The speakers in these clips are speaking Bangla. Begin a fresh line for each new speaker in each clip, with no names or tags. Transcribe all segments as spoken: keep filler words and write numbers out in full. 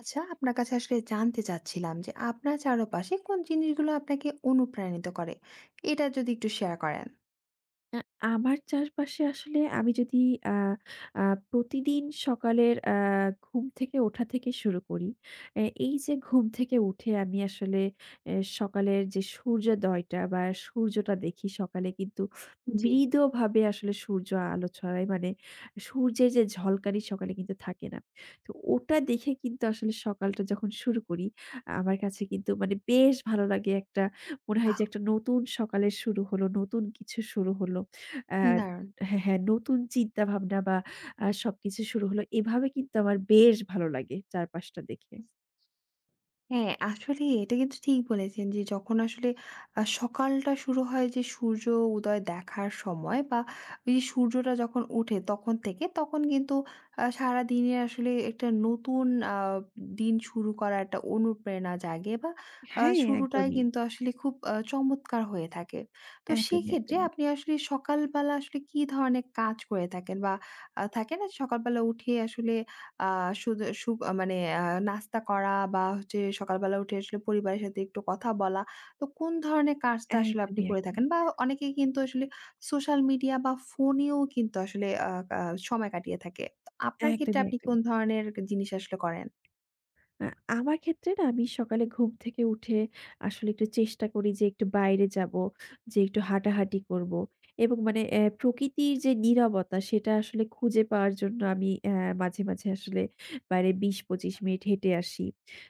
আচ্ছা, আপনার কাছে আসলে জানতে চাচ্ছিলাম যে আপনার চারপাশে কোন জিনিসগুলো আপনাকে অনুপ্রাণিত করে? এটা যদি একটু শেয়ার করেন।
আ আমার চারপাশে আসলে আমি যদি আ আ প্রতিদিন সকালের আ ঘুম থেকে ওঠা থেকে শুরু করি। এ এই যে ঘুম থেকে উঠে আমি আসলে এ সকালের যে সূর্যোদয়টা বা সূর্যটা দেখি, সকালে কিন্তু
জি।
মৃদুভাবে আসলে সূর্য আলো ছড়ায়। মানে সূর্যের যে ঝলকানি সকালে কিন্তু থাকে না। তো ওটা দেখে কিন্তু আসলে সকালটা যখন শুরু করি, আমার কাছে কিন্তু মানে বেশ ভালো লাগে। একটা মনে হয়
বাহ!
যে একটা নতুন সকালের শুরু হলো, নতুন কিছু শুরু হলো। আ
দারুণ।
হ্যাঁ, হ্যাঁ, নতুন চিন্তাভাবনা বা আ সবকিছু শুরু হলো। এভাবে কিন্তু আমার বেশ ভালো লাগে চারপাশটা দেখে।
হ্যাঁ, আসলেই এটা কিন্তু ঠিক বলেছেন যে যখন আসলে আ সকালটা শুরু হয়, যে সূর্য উদয় দেখার সময় বা ওই যে সূর্যটা যখন ওঠে তখন থেকে তখন কিন্তু আ সারাদিনের আসলে একটা নতুন আ দিন শুরু করার একটা অনুপ্রেরণা জাগে, বা আ
হ্যাঁ,
শুরুটাই
একদমই।
কিন্তু আসলে খুব আ চমৎকার হয়ে থাকে। তো
একদমই,
সেক্ষেত্রে
একদমই।
আপনি আসলে সকালবেলা আসলে কি ধরনের কাজ করে থাকেন? বা আ থাকে না সকালবেলা উঠে আসলে আ শুদে সু আহ মানে আ নাস্তা করা, বা হচ্ছে সকালবেলা উঠে আসলে পরিবারের সাথে একটু কথা বলা। তো কোন ধরনের কাজটা আসলে আপনি
একদমই,
করে থাকেন?
একদমই।
বা অনেকেই কিন্তু আসলে সোশ্যাল মিডিয়া বা ফোনেও কিন্তু আসলে আ আ সময় কাটিয়ে থাকে। তো আপনার ক্ষেত্রে
একদমই,
আপনি কোন
একদমই।
ধরনের জিনিস আসলে করেন?
আ আমার ক্ষেত্রে না আমি সকালে ঘুম থেকে উঠে আসলে একটু চেষ্টা করি যে একটু বাইরে যাবো, যে একটু হাঁটাহাঁটি করবো এবং মানে অ্যা প্রকৃতির যে নীরবতা সেটা আসলে খুঁজে পাওয়ার জন্য আমি অ্যা মাঝে, মাঝে আসলে বাইরে বিশ থেকে পঁচিশ মিনিট হেঁটে আসি।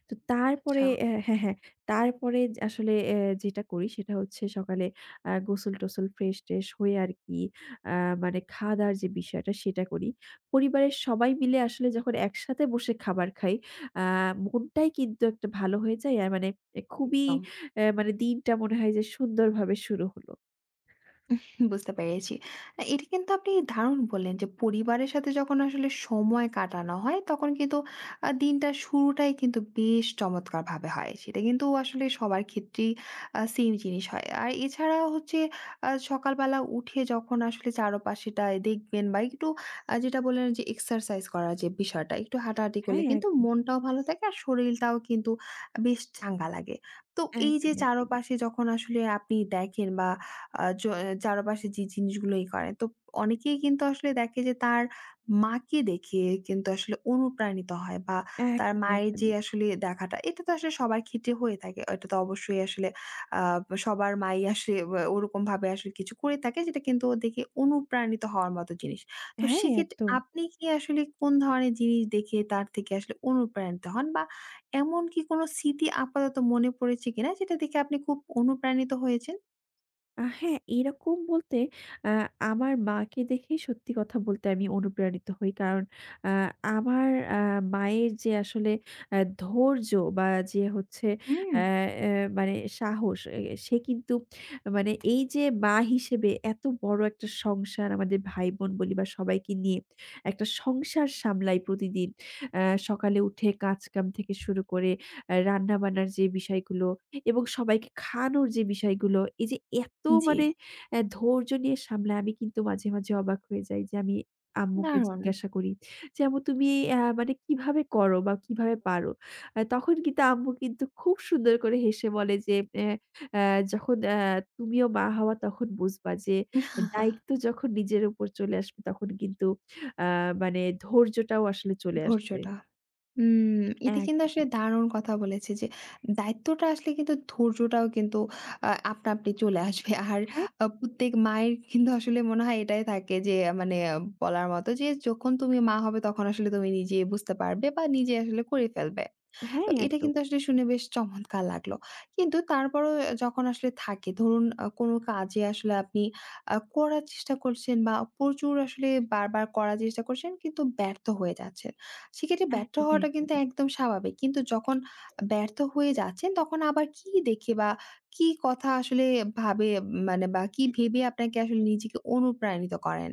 তো
আচ্ছা,
তারপরে অ্যা হ্যাঁ, হ্যাঁ, তারপরে আসলে অ্যা যেটা করি সেটা হচ্ছে সকালে আ গোসল-টোসল ফ্রেশ-ট্রেশ হয়ে আরকি, আ মানে খাওয়া-দাওয়ার যে বিষয়টা সেটা করি। পরিবারের সবাই মিলে আসলে যখন একসাথে বসে খাবার খাই, আ মনটাই কিন্তু একটা ভালো হয়ে যায়। আর মানে এ খুবই
একদম।
অ্যা মানে দিনটা মনে হয় যে সুন্দরভাবে শুরু হলো।
বুঝতে পেরেছি। আ এটা কিন্তু আপনি দারুণ বললেন যে পরিবারের সাথে যখন আসলে সময় কাটানো হয় তখন কিন্তু আ দিনটার শুরুটাই কিন্তু বেশ চমৎকারভাবে হয়। সেটা কিন্তু আসলে সবার ক্ষেত্রেই আ সেম জিনিস হয়। আর এছাড়া হচ্ছে আ সকালবেলা উঠে যখন আসলে চারপাশেটায় দেখবেন বা একটু আ যেটা বললেন যে এক্সারসাইজ করার যে বিষয়টা, একটু হাঁটাহাঁটি করলে
হ্যাঁ,
কিন্তু
একদমই,
মনটাও ভালো থাকে আর শরীরটাও কিন্তু বেশ চাঙ্গা লাগে। তো এই যে
একদমই, একদমই,
চারপাশে যখন আসলে আপনি দেখেন বা আ জ চারপাশে যে জিনিসগুলোই করে। তো অনেকেই কিন্তু আসলে দেখে যে তার মাকে দেখে কিন্তু আসলে অনুপ্রাণিত হয়, বা তার
একদমই,
মায়ের যে
একদমই।
আসলে দেখাটা এটা তো আসলে সবার ক্ষেত্রে হয়ে থাকে। এটা তো অবশ্যই আসলে আ সবার মাই আসলে অ্যা ওরকমভাবে আসলে কিছু করে থাকে যেটা কিন্তু ও দেখে অনুপ্রাণিত হওয়ার মতো জিনিস। তো
হ্যাঁ,
সেক্ষেত্রে
একদম।
আপনি কি আসলে কোন ধরনের জিনিস দেখে তার থেকে আসলে অনুপ্রাণিত হন? বা এমন কি কোনো স্মৃতি আপাতত মনে পড়েছে কিনা যেটা দেখে আপনি খুব অনুপ্রাণিত হয়েছেন?
আ হ্যাঁ, এরকম বলতে আ আমার মাকে দেখেই সত্যি কথা বলতে আমি অনুপ্রাণিত হই। কারণ আ আমার আ মায়ের যে আসলে আ ধৈর্য বা যে হচ্ছে
হুম।
আ অ্যা মানে সাহস, এ সে কিন্তু মানে এই যে মা হিসেবে এত বড় একটা সংসার, আমাদের ভাই-বোন বলি বা সবাইকে নিয়ে একটা সংসার সামলাই প্রতিদিন। আ সকালে উঠে কাজ কাম থেকে শুরু করে আ রান্না-বান্নার যে বিষয়গুলো এবং সবাইকে খাওয়ানোর যে বিষয়গুলো, এই যে এত
জি,
মানে অ্যা ধৈর্য নিয়ে সামলাই। আমি কিন্তু মাঝে, মাঝে অবাক হয়ে যাই যে আমি আম্মুকে
দারুণ।
জিজ্ঞাসা করি যে, "আম্মু, তুমি অ্যা মানে কিভাবে করো বা কিভাবে পারো?" অ্যা তখন কিন্তু আম্মু কিন্তু খুব সুন্দর করে হেসে বলে যে, "অ্যা অ্যা যখন অ্যা তুমিও মা হওয়া তখন বুঝবা যে দায়িত্ব যখন নিজের উপর চলে আসবে তখন কিন্তু আ মানে ধৈর্যটাও আসলে চলে আসবে।"
ধৈর্যটা। উম এটা কিন্তু
একদমই।
আসলে দারুণ কথা বলেছে যে দায়িত্বটা আসলে কিন্তু ধৈর্যটাও কিন্তু আ আপনা আপনি চলে আসবে। আর
হ্যাঁ,
আ প্রত্যেক মায়ের কিন্তু আসলে মনে হয় এটাই থাকে যে আহ, মানে আহ, বলার মতো যে যখন তুমি মা হবে তখন আসলে তুমি নিজে বুঝতে পারবে বা নিজে আসলে করে ফেলবে। তো
হ্যাঁ
এটা
একদম।
কিন্তু আসলে শুনে বেশ চমৎকার লাগলো। কিন্তু তারপরও যখন আসলে থাকে, ধরুন আ কোনো কাজে আসলে আপনি আ করার চেষ্টা করছেন, বা প্রচুর আসলে বারবার করার চেষ্টা করছেন কিন্তু ব্যর্থ হয়ে যাচ্ছেন। সেক্ষেত্রে ব্যর্থ
একদমই,
হওয়াটা কিন্তু
একদমই।
একদম স্বাভাবিক। কিন্তু যখন ব্যর্থ হয়ে যাচ্ছেন তখন আবার কি দেখে বা কি কথা আসলে ভাবে, মানে বা কি ভেবে আপনাকে আসলে নিজেকে অনুপ্রাণিত করেন?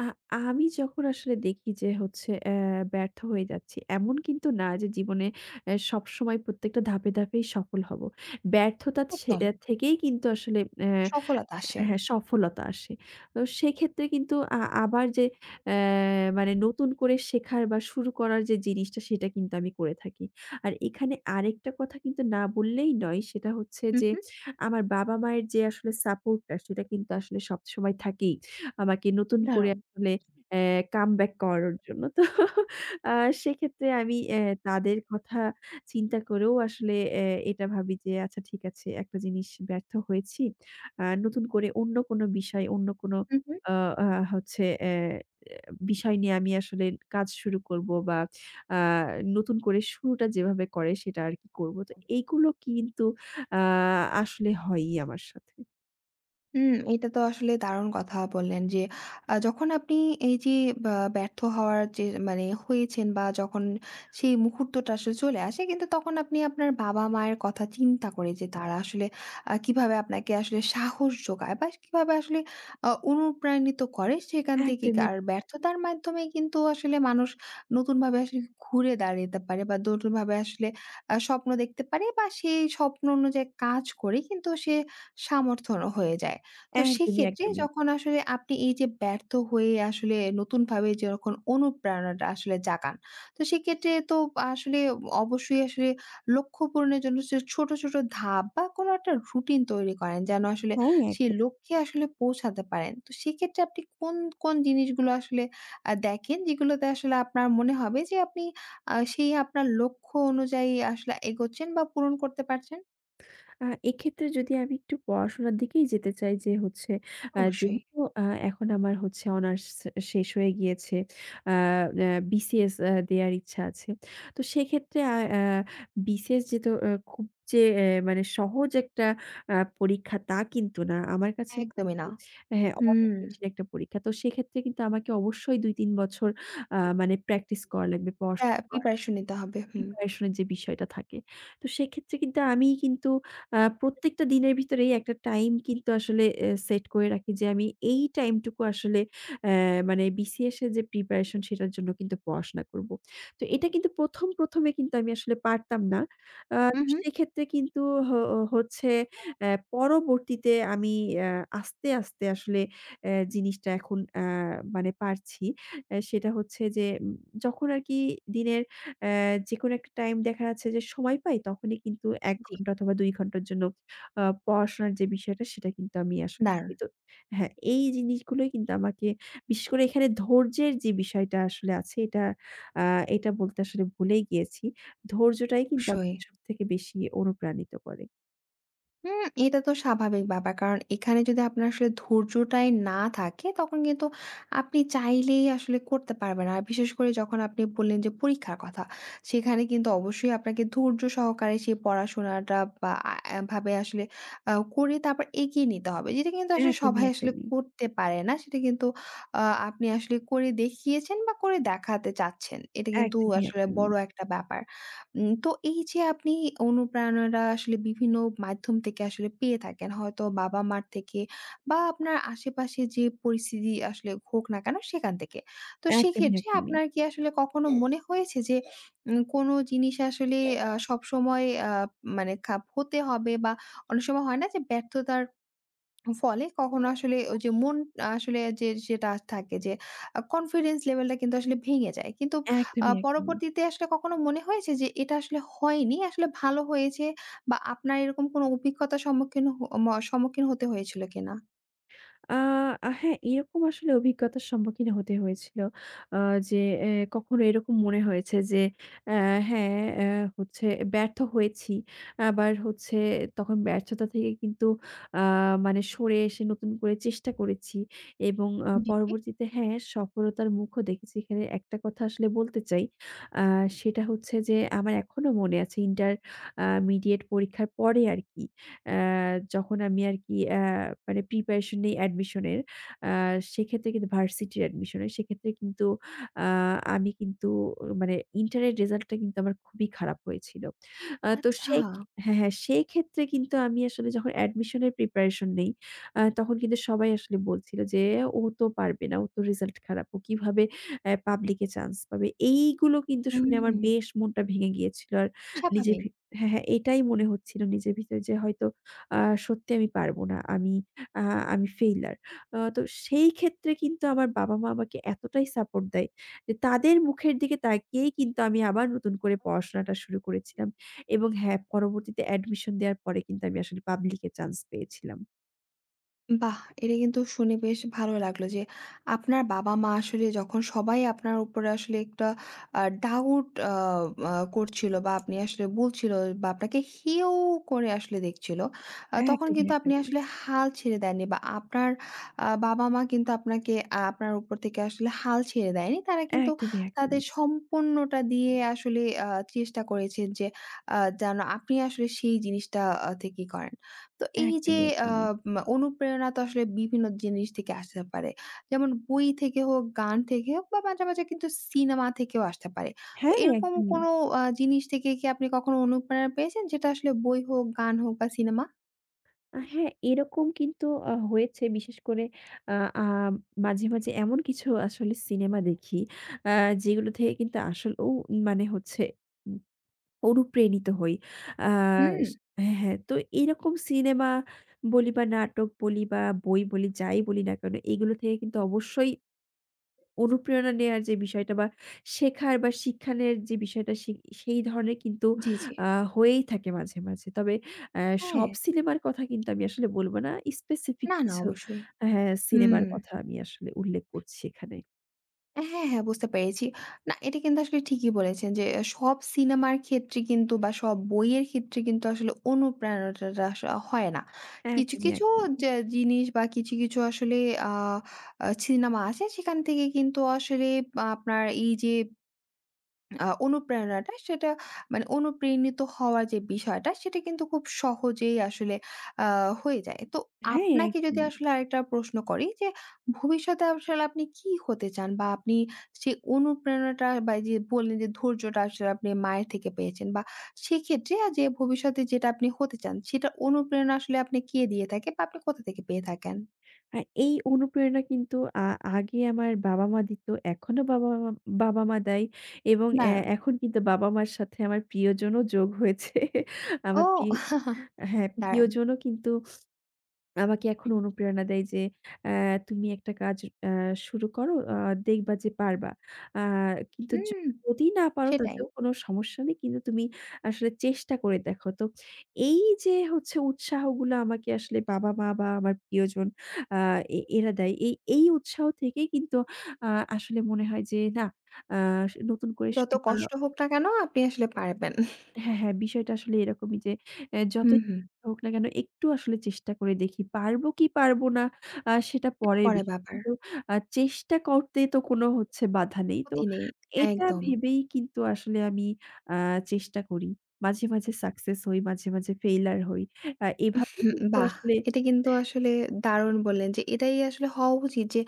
আ আমি যখন আসলে দেখি যে হচ্ছে অ্যা ব্যর্থ হয়ে যাচ্ছি, এমন কিন্তু না যে জীবনে অ্যা সবসময় প্রত্যেকটা ধাপে, ধাপেই সফল হব। ব্যর্থতা ছে
একদম।
থেকেই কিন্তু আসলে অ্যা
সফলতা আসে।
হ্যাঁ, সফলতা আসে। তো সেক্ষেত্রে কিন্তু আ আবার যে অ্যা মানে নতুন করে শেখার বা শুরু করার যে জিনিসটা সেটা কিন্তু আমি করে থাকি। আর এখানে আরেকটা কথা কিন্তু না বললেই নয়, সেটা হচ্ছে
হু,
যে
হু,
আমার বাবা-মায়ের যে আসলে সাপোর্টটা সেটা কিন্তু আসলে সবসময় থাকেই, আমাকে নতুন করে
দারুণ।
আসলে অ্যা কামব্যাক করানোর জন্য। তো আ সেক্ষেত্রে আমি অ্যা তাদের কথা চিন্তা করেও আসলে অ্যা এটা ভাবি যে আচ্ছা ঠিক আছে, একটা জিনিস ব্যর্থ হয়েছি। আ নতুন করে অন্য কোনো বিষয়, অন্য কোনো
হু, হু।
আ আ হচ্ছে অ্যা বিষয় নিয়ে আমি আসলে কাজ শুরু করব, বা আ নতুন করে শুরুটা যেভাবে করে সেটা আরকি করব। তো এইগুলো কিন্তু আ আসলে হয়ই আমার সাথে।
হুম, এটা তো আসলে দারুণ কথা বললেন যে আ যখন আপনি এই যে বা ব্যর্থ হওয়ার যে মানে হয়েছেন বা যখন সেই মুহূর্তটা আসলে চলে আসে কিন্তু তখন আপনি আপনার বাবা-মায়ের কথা চিন্তা করে যে তারা আসলে আ কিভাবে আপনাকে আসলে সাহস যোগায় বা কিভাবে আসলে আ অনুপ্রাণিত করে সেখান থেকে কি-
একদমই,
আর ব্যর্থতার মাধ্যমে কিন্তু আসলে মানুষ নতুনভাবে আসলে ঘুরে দাঁড়াতে পারে, বা নতুনভাবে আসলে আ স্বপ্ন দেখতে পারে, বা সেই স্বপ্ন অনুযায়ী কাজ করে কিন্তু সে সামর্থ্যও হয়ে যায়। তো
একদমই,
সেক্ষেত্রে
একদমই।
যখন আসলে আপনি এই যে ব্যর্থ হয়ে আসলে নতুনভাবে যখন অনুপ্রেরণাটা আসলে জাগান, তো সেক্ষেত্রে তো আসলে অবশ্যই আসলে লক্ষ্য পূরণের জন্য যে ছোট, ছোট ধাপ বা কোনো একটা রুটিন তৈরি করেন যেন আসলে
হ্যাঁ, এক
সেই লক্ষ্যে আসলে পৌঁছাতে পারেন। তো সেক্ষেত্রে আপনি কোন, কোন জিনিসগুলো আসলে আ দেখেন যেগুলোতে আসলে আপনার মনে হবে যে আপনি আ সেই আপনার লক্ষ্য অনুযায়ী আসলে এগোচ্ছেন বা পূরণ করতে পারছেন?
আ এক্ষেত্রে যদি আমি একটু পড়াশোনার দিকেই যেতে চাই, যে হচ্ছে আ
অবশ্যই।
যেহেতু আ এখন আমার হচ্ছে অনার্স শেষ হয়ে গিয়েছে। আ আ বিসিএস আ দেয়ার ইচ্ছা আছে। তো সেক্ষেত্রে আ আ বিসিএস যেহেতু আ খুব যে এ মানে সহজ একটা আ পরীক্ষা, তা কিন্তু না। আমার কাছে মনে
একদমই না।
হয়, হ্যাঁ, অনেক
হুম।
কঠিন একটা পরীক্ষা। তো সেক্ষেত্রে কিন্তু আমাকে অবশ্যই দুই থেকে তিন বছর আ মানে প্র্যাকটিস করা লাগবে,
প্রা
পড়াশোনা
প্রিপারেশন নিতে হবে। হুম।
প্রিপারেশন এর যে বিষয়টা থাকে। তো সেক্ষেত্রে কিন্তু আমি কিন্তু আ প্রত্যেকটা দিনের ভিতরেই একটা টাইম কিন্তু আসলে এ সেট করে রাখি, যে আমি এই টাইমটুকু আসলে অ্যা মানে বিসিএস এর যে প্রিপারেশন সেটার জন্য কিন্তু পড়াশোনা করব। তো এটা কিন্তু প্রথম, প্রথম এ কিন্তু আমি আসলে পারতাম না। আ
হুম, হুম।
সেক্ষেত্রে কিন্তু হ হচ্ছে অ্যা পরবর্তীতে আমি অ্যা আস্তে, আস্তে আসলে অ্যা জিনিসটা এখন আ মানে পারছি। অ্যা সেটা হচ্ছে যে, উম যখন আরকি দিনের অ্যা যেকোনো একটা টাইম দেখা যাচ্ছে যে সময় পাই, তখনই কিন্তু এক
জি।
ঘন্টা অথবা দুই ঘন্টার জন্য আ পড়াশোনার যে বিষয়টা সেটা কিন্তু আমি আসলে
দারুণ!
করি। তো হ্যাঁ, এই জিনিসগুলোই কিন্তু আমাকে, বিশেষ করে এখানে ধৈর্যের যে বিষয়টা আসলে আছে, এটা আ এটা বলতে আসলে ভুলেই গিয়েছি। ধৈর্যটাই কিন্তু
অবশ্যই।
আমাকে সবথেকে বেশি অনুপ্রাণিত করে।
হুম, এটা তো স্বাভাবিক ব্যাপার। কারণ এখানে যদি আপনার আসলে ধৈর্যটাই না থাকে, তখন কিন্তু আপনি চাইলেই আসলে করতে পারবেন। আর বিশেষ করে যখন আপনি বললেন যে পরীক্ষার কথা, সেখানে কিন্তু অবশ্যই আপনাকে ধৈর্য সহকারে সেই পড়াশোনাটা বা আ আ ভাবে আসলে আ করে তারপর এগিয়ে নিতে হবে। যেটা কিন্তু আসলে
একদমই,
সবাই আসলে
একদমই।
করতে পারে না। সেটা কিন্তু আ আপনি আসলে করে দেখিয়েছেন বা করে দেখাতে চাচ্ছেন। এটা কিন্তু
একদমই,
আসলে
একদমই।
বড় একটা ব্যাপার। উম তো এই যে আপনি অনুপ্রেরণাটা আসলে বিভিন্ন মাধ্যম থেকে আসলে পেয়ে থাকেন। হয়তো বাবা-মার থেকে, বা আপনার আশেপাশে যে পরিস্থিতি আসলে হোক না কেন সেখান থেকে। তো
একদমই,
সেক্ষেত্রে
একদমই।
আপনার কি আসলে কখনো মনে হয়েছে যে উম কোনো জিনিস আসলে আ সবসময় আ মানে খাপ হতে হবে, বা অনেক সময় হয় না যে ব্যর্থতার ফলে কখনো আসলে ওই যে মন আসলে যে যেটা থাকে যে কনফিডেন্স লেভেলটা কিন্তু আসলে ভেঙে যায়। কিন্তু আ
একদমই, একদমই।
পরবর্তীতে আসলে কখনো মনে হয়েছে যে এটা আসলে হয়নি, আসলে ভালো হয়েছে, বা আপনার এরকম কোনো অভিজ্ঞতার সম্মুখীন হ ম সম্মুখীন হতে হয়েছিল কিনা?
আ আ হ্যাঁ, এরকম আসলে অভিজ্ঞতার সম্মুখীন হতে হয়েছিল। আ যে এ কখনো এরকম মনে হয়েছে যে অ্যা হ্যাঁ, অ্যা হচ্ছে ব্যর্থ হয়েছি। আবার হচ্ছে তখন ব্যর্থতা থেকে কিন্তু আ মানে সরে এসে নতুন করে চেষ্টা করেছি এবং আ
জি, জি।
পরবর্তীতে হ্যাঁ, সফলতার মুখও দেখেছি। এখানে একটা কথা আসলে বলতে চাই। আ সেটা হচ্ছে যে আমার এখনো মনে আছে ইন্টারমিডিয়েট পরীক্ষার পরে আরকি। অ্যা যখন আমি আরকি অ্যা মানে প্রিপারেশন নেই অ্যাডমিশনের, আ সেক্ষেত্রে কিন্তু ভার্সিটির অ্যাডমিশনের, সেক্ষেত্রে কিন্তু আ আমি কিন্তু মানে ইন্টারের রেজাল্টটা কিন্তু আমার খুবই খারাপ হয়েছিল। আ তো
আচ্ছা।
সেই হ্যাঁ, হ্যাঁ, সেই ক্ষেত্রে কিন্তু আমি আসলে যখন অ্যাডমিশনের প্রিপারেশন নেই, আ তখন কিন্তু সবাই আসলে বলছিল যে, "ও তো পারবে না, ওর তো রেজাল্ট খারাপ। ও কিভাবে অ্যা পাবলিকে চান্স পাবে?" এইগুলো কিন্তু শুনে
হুম,
আমার বেশ মনটা ভেঙে গিয়েছিল। আর নিজের
স্বাভাবিক।
ভি হ্যাঁ, হ্যাঁ, এটাই মনে হচ্ছিল নিজের ভিতরে যে হয়তো আ সত্যি আমি পারব না। আমি আ আমি ফেইলিউর। আ তো সেই ক্ষেত্রে কিন্তু আমার বাবা-মা আমাকে এতটাই সাপোর্ট দেয় যে তাদের মুখের দিকে তাকিয়েই কিন্তু আমি আবার নতুন করে পড়াশোনাটা শুরু করেছিলাম। এবং হ্যাঁ, পরবর্তীতে অ্যাডমিশন দেওয়ার পরে কিন্তু আমি আসলে পাবলিকে চান্স পেয়েছিলাম।
বাহ! এটা কিন্তু শুনে বেশ ভালো লাগলো যে আপনার বাবা-মা আসলে যখন সবাই আপনার উপরে আসলে একটা আ ডাউট আ আ করছিল বা আপনি আসলে বলছিল বা আপনাকে হেয় করে আসলে দেখছিল, আ
একদমই,
তখন কিন্তু
একদমই,
আপনি
একদমই,
আসলে হাল ছেড়ে দেননি, বা আপনার আ বাবা-মা কিন্তু আপনাকে আ আপনার উপর থেকে আসলে হাল ছেড়ে দেয়নি। তারা কিন্তু
একদমই,
তাদের
একদমই,
সম্পূর্ণটা দিয়ে আসলে আ চেষ্টা করেছেন যে আ যেন আপনি আসলে সেই জিনিসটা আ থেকে করেন। তো এই যে
একদমই,
আ
একদমই।
মা অনুপ্রেরণা তো আসলে বিভিন্ন জিনিস থেকে আসতে পারে। যেমন বই থেকে হোক, গান থেকে হোক, বা মাঝে, মাঝে কিন্তু সিনেমা থেকেও আসতে পারে। তো
হ্যাঁ,
এরকম
একদমই।
কোনো আ জিনিস থেকে কি আপনি কখনো অনুপ্রেরণা পেয়েছেন, যেটা আসলে বই হোক, গান হোক বা সিনেমা?
আ হ্যাঁ, এরকম কিন্তু আ হয়েছে। বিশেষ করে আ আ মাঝে, মাঝে এমন কিছু আসলে সিনেমা দেখি, আ যেগুলো থেকে কিন্তু আসলেও মানে হচ্ছে উম অনুপ্রেণিত হই। আ
হুম।
স হ্যাঁ, হ্যাঁ। তো এরকম সিনেমা বলি বা নাটক বলি বা বই বলি, যাই বলি না কেন, এগুলো থেকে কিন্তু অবশ্যই অনুপ্রেরণা নেয়ার যে বিষয়টা বা শেখার বা শিক্ষানের যে বিষয়টা সে সেই ধরনের কিন্তু
জি, জি।
আ হয়েই থাকে মাঝে, মাঝে। তবে আ
হ্যাঁ।
সব সিনেমার কথা কিন্তু আমি আসলে বলব না। স্পেসিফিক
না, না,
কিছু
অবশ্যই।
হ্যাঁ,
হুম।
সিনেমার কথা আমি আসলে উল্লেখ করছি এখানে।
হ্যাঁ, হ্যাঁ, বুঝতে পেরেছি। না, এটা কিন্তু আসলে ঠিকই বলেছেন যে সব সিনেমার ক্ষেত্রে কিন্তু বা সব বইয়ের ক্ষেত্রে কিন্তু আসলে অনুপ্রেরণাটা আস হয় না। কিছু,
একদমই,
কিছু
একদমই।
যে জিনিস বা কিছু, কিছু আসলে আ আ সিনেমা আছে সেখান থেকে কিন্তু আসলে আ আপনার এই যে আ অনুপ্রেরণাটা সেটা, মানে অনুপ্রেরণিত হওয়ার যে বিষয়টা সেটা কিন্তু খুব সহজেই আসলে আ হয়ে যায়। তো
হ্যাঁ,
আপনাকে যদি
একদমই।
আসলে আরেকটা প্রশ্ন করি যে ভবিষ্যতে আসলে আপনি কি হতে চান? বা আপনি সেই অনুপ্রেরণাটা বা এই যে বললেন যে ধৈর্যটা আসলে আপনি মায়ের থেকে পেয়েছেন, বা সেক্ষেত্রে আ যে ভবিষ্যতে যেটা আপনি হতে চান সেটা অনুপ্রেরণা আসলে আপনি কে দিয়ে থাকে বা আপনি কোথা থেকে পেয়ে থাকেন?
আ এই অনুপ্রেরণা কিন্তু আ আগে আমার বাবা-মা দিত, এখনো বাবা-মা বাবা-মা দেয়, এবং এ
দারুণ।
এখন কিন্তু বাবা-মার সাথে আমার প্রিয়জনও যোগ হয়েছে।
ও
আমার প্রি হ্যাঁ,
দারুণ।
প্রিয়জনও কিন্তু আমাকে এখন অনুপ্রেরণা দেয় যে, "অ্যা তুমি একটা কাজ অ্যা শুরু করো, আ দেখবা যে পারবা। আ কিন্তু য
হুম,
যদি না পারো
সেটাই।
তাতেও কোনো সমস্যা নেই। কিন্তু তুমি আসলে চেষ্টা করে দেখো।" তো এই যে হচ্ছে উৎসাহগুলো আমাকে আসলে বাবা-মা বা আমার প্রিয়জন, আ এ এরা দেয়। এই, এই উৎসাহ থেকেই কিন্তু আ আসলে মনে হয় যে না, আ স নতুন করে
যত
শুরু করা,
কষ্ট হোক না কেন আপনি আসলে পারবেন।
হ্যাঁ, হ্যাঁ, বিষয়টা আসলে এরকমই যে এ
হুম,
যতই
হুম।
হোক না কেন একটু আসলে চেষ্টা করে দেখি। পারবো কি পারবো না আ সেটা
সেটা
পরের
পরের
বিষয়।
ব্যাপার।
কিন্তু আ চেষ্টা করতে তো কোনো হচ্ছে বাধা নেই। তো
ক্ষতি নেই।
এটা
একদম।
ভেবেই কিন্তু আসলে আমি আ চেষ্টা করি। মাঝে, মাঝে সাকসেস হই, মাঝে, মাঝে ফেইলিউর হই। আ এভাবে
হুম,
কিন্তু
বাহ!
আসলে
এটা কিন্তু আসলে দারুণ বললেন যে এটাই আসলে হওয়া উচিত যে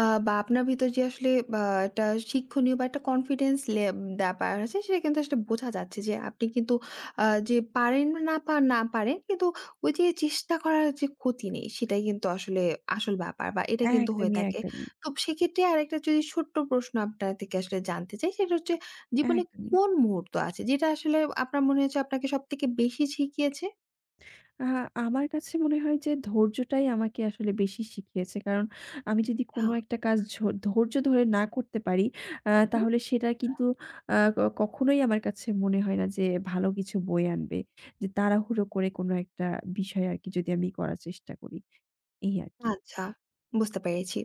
আ বা আপনার ভিতর যে আসলে বা একটা শিক্ষণীয় বা একটা কনফিডেন্স লে ব্যাপার আছে সেটা কিন্তু আসলে বোঝা যাচ্ছে যে আপনি কিন্তু আ যে পারেন না পা না পারেন কিন্তু ওই যে চেষ্টা করার যে ক্ষতি নেই সেটাই কিন্তু আসলে আসল ব্যাপার বা এটা কিন্তু হয়ে
একদমই,
থাকে।
একদমই,
তো সেক্ষেত্রে আরেকটা যদি ছোট্ট প্রশ্ন আপনার থেকে আসলে জানতে চাই সেটা হচ্ছে জীবনে
একদমই।
কোন মুহূর্ত আছে যেটা আসলে আপনার মনে হয়েছে আপনাকে সবথেকে বেশি শিখিয়েছে?
আ আমার কাছে মনে হয় যে ধৈর্যটাই আমাকে আসলে বেশি শিখিয়েছে। কারণ আমি যদি কোনো
হ্যাঁ।
একটা কাজ ঝ ধৈর্য ধরে না করতে পারি, আ
হুম, হুম।
তাহলে সেটা কিন্তু আ ক কখনোই আমার কাছে মনে হয় না যে ভালো কিছু বয়ে আনবে। যে তাড়াহুড়ো করে কোনো একটা বিষয় আরকি যদি আমি করার চেষ্টা করি। এই আরকি।
আচ্ছা, বুঝতে পেরেছি।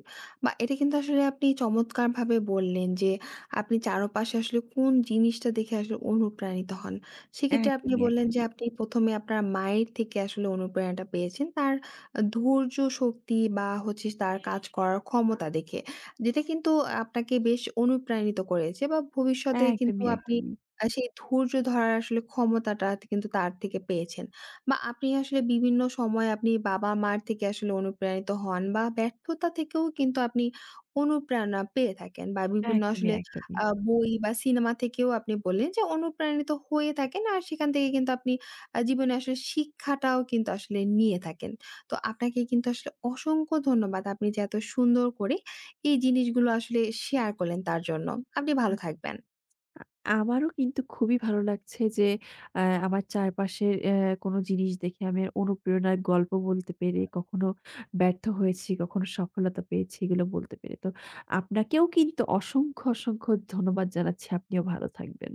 বা এটা কিন্তু আসলে আপনি চমৎকারভাবে বললেন যে আপনি চারপাশে আসলে কোন জিনিসটা দেখে আসলে অনুপ্রাণিত হন। সেক্ষেত্রে আপনি
একদমই,
বললেন যে
একদমই।
আপনি প্রথম এ আপনার মায়ের থেকে আসলে অনুপ্রেরণাটা পেয়েছেন। তার আ ধৈর্য, শক্তি বা হচ্ছে তার কাজ করার ক্ষমতা দেখে। যেটা কিন্তু আপনাকে বেশ অনুপ্রাণিত করেছে, বা ভবিষ্যতে কিন্তু
একদমই,
আপনি
একদমই।
আ সেই ধৈর্য ধরার আসলে ক্ষমতাটা কিন্তু তার থেকে পেয়েছেন। বা আপনি আসলে বিভিন্ন সময় আপনি বাবা-মার থেকে আসলে অনুপ্রাণিত হন, বা ব্যর্থতা থেকেও কিন্তু আপনি অনুপ্রেরণা পেয়ে থাকেন, বা বিভিন্ন
একদমই,
আসলে
একদমই।
আ বই বা সিনেমা থেকেও আপনি বললেন যে অনুপ্রাণিত হয়ে থাকেন। আর সেখান থেকে কিন্তু আপনি আ জীবনে আসলে শিক্ষাটাও কিন্তু আসলে নিয়ে থাকেন। তো আপনাকে কিন্তু আসলে অসংখ্য ধন্যবাদ। আপনি যে এত সুন্দর করে এই জিনিসগুলো আসলে শেয়ার করলেন তার জন্য। আপনি ভালো থাকবেন।
আমারও কিন্তু খুবই ভালো লাগছে যে আ আমার চারপাশের অ্যা কোনো জিনিস দেখে আমি অনুপ্রেরণার গল্প বলতে পেরে, কখনো ব্যর্থ হয়েছি, কখনো সফলতা পেয়েছি এগুলো বলতে পেরে। তো আপনাকেও কিন্তু অসংখ্য, অসংখ্য ধন্যবাদ জানাচ্ছি। আপনিও ভালো থাকবেন।